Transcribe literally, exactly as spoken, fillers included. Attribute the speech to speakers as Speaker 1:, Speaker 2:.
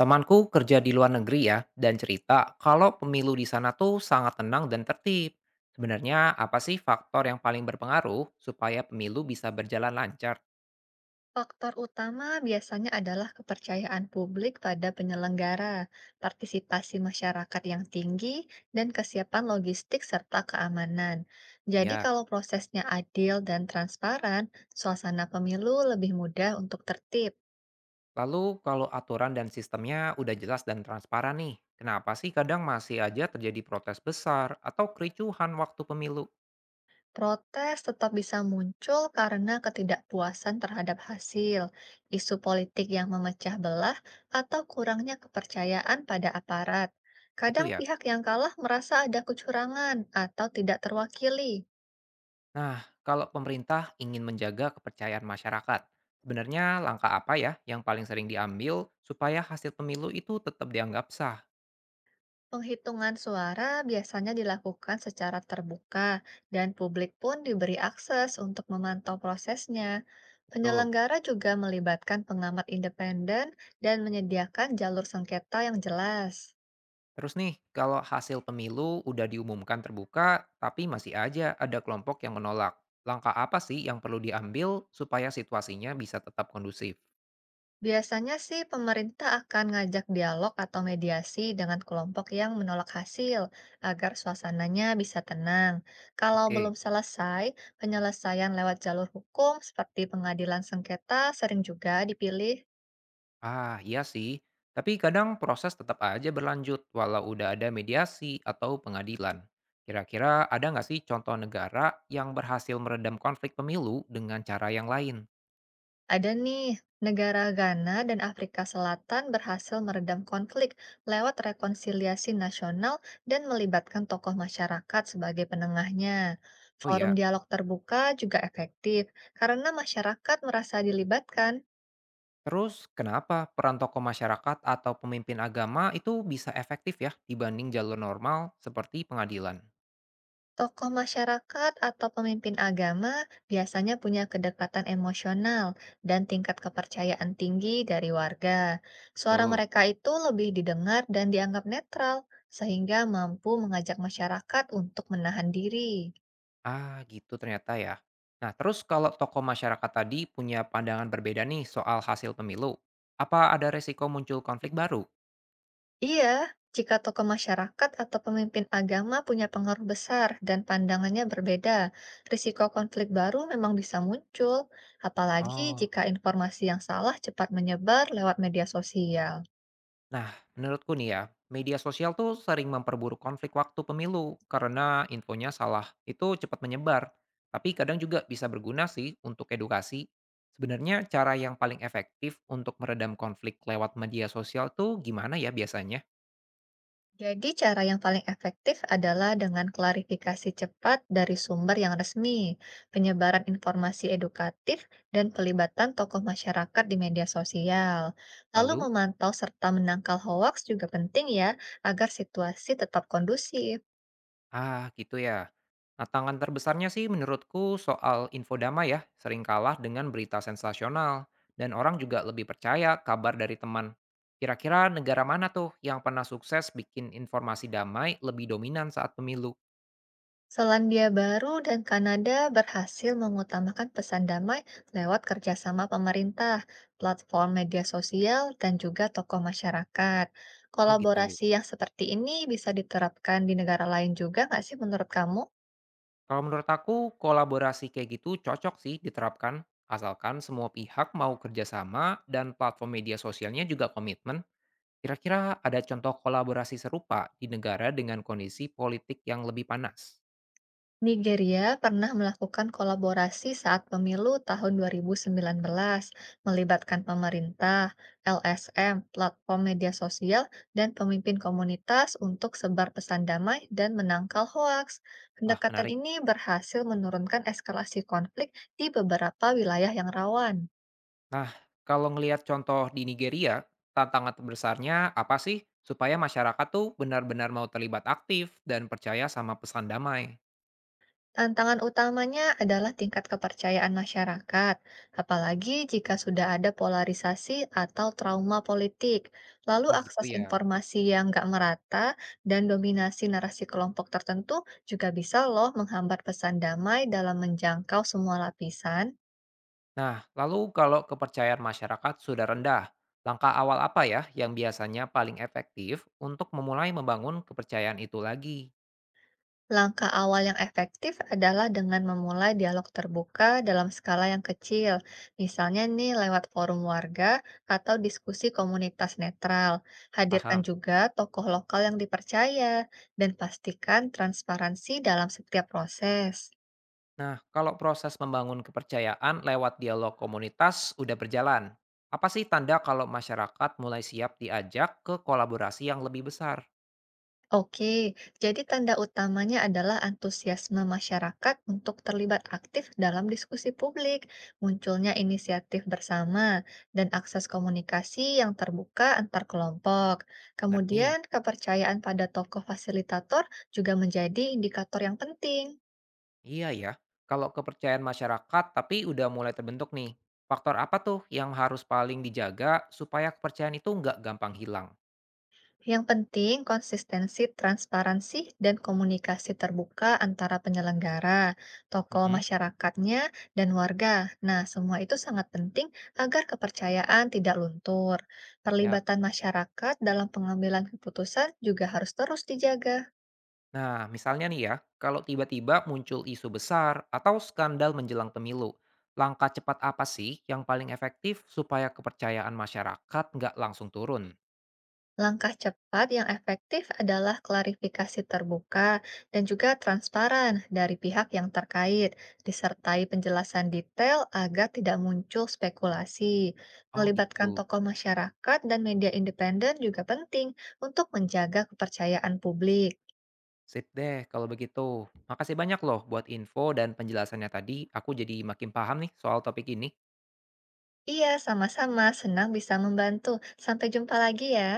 Speaker 1: Temanku kerja di luar negeri ya, dan cerita kalau pemilu di sana tuh sangat tenang dan tertib. Sebenarnya apa sih faktor yang paling berpengaruh supaya pemilu bisa berjalan lancar?
Speaker 2: Faktor utama biasanya adalah kepercayaan publik pada penyelenggara, partisipasi masyarakat yang tinggi, dan kesiapan logistik serta keamanan. Jadi,
Speaker 1: Ya,
Speaker 2: kalau prosesnya adil dan transparan, suasana pemilu lebih mudah untuk tertib.
Speaker 1: lalu kalau aturan dan sistemnya udah jelas dan transparan nih, kenapa sih kadang masih aja terjadi protes besar atau kericuhan waktu pemilu?
Speaker 2: Protes tetap bisa muncul karena ketidakpuasan terhadap hasil, isu politik yang memecah belah, atau kurangnya kepercayaan pada aparat.
Speaker 1: Itu
Speaker 2: Kadang
Speaker 1: ya.
Speaker 2: pihak yang kalah merasa ada kecurangan atau tidak terwakili.
Speaker 1: Nah, kalau pemerintah ingin menjaga kepercayaan masyarakat, sebenarnya langkah apa ya yang paling sering diambil supaya hasil pemilu itu tetap dianggap sah?
Speaker 2: Penghitungan suara biasanya dilakukan secara terbuka, dan publik pun diberi akses untuk memantau prosesnya.
Speaker 1: Betul.
Speaker 2: Penyelenggara juga melibatkan pengamat independen dan menyediakan jalur sengketa yang jelas.
Speaker 1: Terus nih, kalau hasil pemilu udah diumumkan terbuka, tapi masih aja ada kelompok yang menolak. Langkah apa sih yang perlu diambil supaya situasinya bisa tetap kondusif?
Speaker 2: Biasanya sih pemerintah akan ngajak dialog atau mediasi dengan kelompok yang menolak hasil agar suasananya bisa tenang. Kalau
Speaker 1: Oke.
Speaker 2: belum selesai, penyelesaian lewat jalur hukum seperti pengadilan sengketa sering juga dipilih.
Speaker 1: Ah, iya sih. Tapi kadang proses tetap aja berlanjut walau udah ada mediasi atau pengadilan. Kira-kira ada nggak sih contoh negara yang berhasil meredam konflik pemilu dengan cara yang lain?
Speaker 2: Ada nih, negara Ghana dan Afrika Selatan berhasil meredam konflik lewat rekonsiliasi nasional dan melibatkan tokoh masyarakat sebagai penengahnya.
Speaker 1: Oh
Speaker 2: Forum
Speaker 1: ya,
Speaker 2: dialog terbuka juga efektif karena masyarakat merasa dilibatkan.
Speaker 1: terus kenapa peran tokoh masyarakat atau pemimpin agama itu bisa efektif ya dibanding jalur normal seperti pengadilan?
Speaker 2: Tokoh masyarakat atau pemimpin agama biasanya punya kedekatan emosional dan tingkat kepercayaan tinggi dari warga. Suara
Speaker 1: Betul.
Speaker 2: mereka itu lebih didengar dan dianggap netral, sehingga mampu mengajak masyarakat untuk menahan diri.
Speaker 1: Ah, gitu ternyata ya. Nah, terus kalau tokoh masyarakat tadi punya pandangan berbeda nih soal hasil pemilu, apa ada resiko muncul konflik baru?
Speaker 2: Iya, jika tokoh masyarakat atau pemimpin agama punya pengaruh besar dan pandangannya berbeda, risiko konflik baru memang bisa muncul, apalagi
Speaker 1: Oh,
Speaker 2: jika informasi yang salah cepat menyebar lewat media sosial.
Speaker 1: nah, menurutku nih ya, media sosial tuh sering memperburuk konflik waktu pemilu karena infonya salah. Itu cepat menyebar, tapi kadang juga bisa berguna sih untuk edukasi. Sebenarnya cara yang paling efektif untuk meredam konflik lewat media sosial tuh gimana ya biasanya?
Speaker 2: Jadi cara yang paling efektif adalah dengan klarifikasi cepat dari sumber yang resmi, penyebaran informasi edukatif, dan pelibatan tokoh masyarakat di media sosial. Lalu
Speaker 1: Lalu?
Speaker 2: memantau serta menangkal hoaks juga penting ya, agar situasi tetap kondusif.
Speaker 1: Ah, gitu ya. Tantangan terbesarnya sih menurutku soal info damai ya, sering kalah dengan berita sensasional, dan orang juga lebih percaya kabar dari teman. Kira-kira negara mana tuh yang pernah sukses bikin informasi damai lebih dominan saat pemilu?
Speaker 2: Selandia Baru dan Kanada berhasil mengutamakan pesan damai lewat kerjasama pemerintah, platform media sosial, dan juga tokoh masyarakat.
Speaker 1: Oh gitu.
Speaker 2: Kolaborasi yang seperti ini bisa diterapkan di negara lain juga nggak sih menurut kamu?
Speaker 1: Kalau menurut aku, kolaborasi kayak gitu cocok sih diterapkan, asalkan semua pihak mau kerjasama dan platform media sosialnya juga komitmen. Kira-kira ada contoh kolaborasi serupa di negara dengan kondisi politik yang lebih panas?
Speaker 2: Nigeria pernah melakukan kolaborasi saat pemilu tahun dua ribu sembilan belas, melibatkan pemerintah, L S M, platform media sosial, dan pemimpin komunitas untuk sebar pesan damai dan menangkal hoaks.
Speaker 1: Wah,
Speaker 2: Pendekatan
Speaker 1: menarik.
Speaker 2: ini berhasil menurunkan eskalasi konflik di beberapa wilayah yang rawan.
Speaker 1: Nah, kalau ngelihat contoh di Nigeria, tantangan terbesarnya apa sih supaya masyarakat tuh benar-benar mau terlibat aktif dan percaya sama pesan damai?
Speaker 2: Tantangan utamanya adalah tingkat kepercayaan masyarakat, apalagi jika sudah ada polarisasi atau trauma politik, lalu
Speaker 1: Oh, gitu
Speaker 2: akses
Speaker 1: ya.
Speaker 2: informasi yang nggak merata dan dominasi narasi kelompok tertentu juga bisa loh menghambat pesan damai dalam menjangkau semua lapisan.
Speaker 1: Nah, lalu kalau kepercayaan masyarakat sudah rendah, langkah awal apa ya yang biasanya paling efektif untuk memulai membangun kepercayaan itu lagi?
Speaker 2: Langkah awal yang efektif adalah dengan memulai dialog terbuka dalam skala yang kecil, misalnya nih lewat forum warga atau diskusi komunitas netral. Hadirkan
Speaker 1: Paham?
Speaker 2: juga tokoh lokal yang dipercaya dan pastikan transparansi dalam setiap proses.
Speaker 1: Nah, kalau proses membangun kepercayaan lewat dialog komunitas udah berjalan, apa sih tanda kalau masyarakat mulai siap diajak ke kolaborasi yang lebih besar?
Speaker 2: Oke, jadi tanda utamanya adalah antusiasme masyarakat untuk terlibat aktif dalam diskusi publik, munculnya inisiatif bersama, dan akses komunikasi yang terbuka antar kelompok.
Speaker 1: Ngerti?
Speaker 2: Kemudian, kepercayaan pada tokoh fasilitator juga menjadi indikator yang penting.
Speaker 1: Iya ya. Kalau kepercayaan masyarakat tapi udah mulai terbentuk nih, faktor apa tuh yang harus paling dijaga supaya kepercayaan itu nggak gampang hilang?
Speaker 2: Yang penting konsistensi, transparansi, dan komunikasi terbuka antara penyelenggara, tokoh
Speaker 1: Mm-mm.
Speaker 2: masyarakatnya, dan warga. Nah, semua itu sangat penting agar kepercayaan tidak luntur.
Speaker 1: Ya.
Speaker 2: Perlibatan masyarakat dalam pengambilan keputusan juga harus terus dijaga.
Speaker 1: Nah, misalnya nih ya, kalau tiba-tiba muncul isu besar atau skandal menjelang pemilu, langkah cepat apa sih yang paling efektif supaya kepercayaan masyarakat nggak langsung turun?
Speaker 2: Langkah cepat yang efektif adalah klarifikasi terbuka dan juga transparan dari pihak yang terkait, disertai penjelasan detail agar tidak muncul spekulasi.
Speaker 1: Oh
Speaker 2: Melibatkan
Speaker 1: gitu.
Speaker 2: tokoh masyarakat dan media independen juga penting untuk menjaga kepercayaan publik.
Speaker 1: Sip deh kalau begitu. Makasih banyak loh buat info dan penjelasannya tadi. Aku jadi makin paham nih soal topik ini.
Speaker 2: Iya, sama-sama. Senang bisa membantu. Sampai jumpa lagi ya.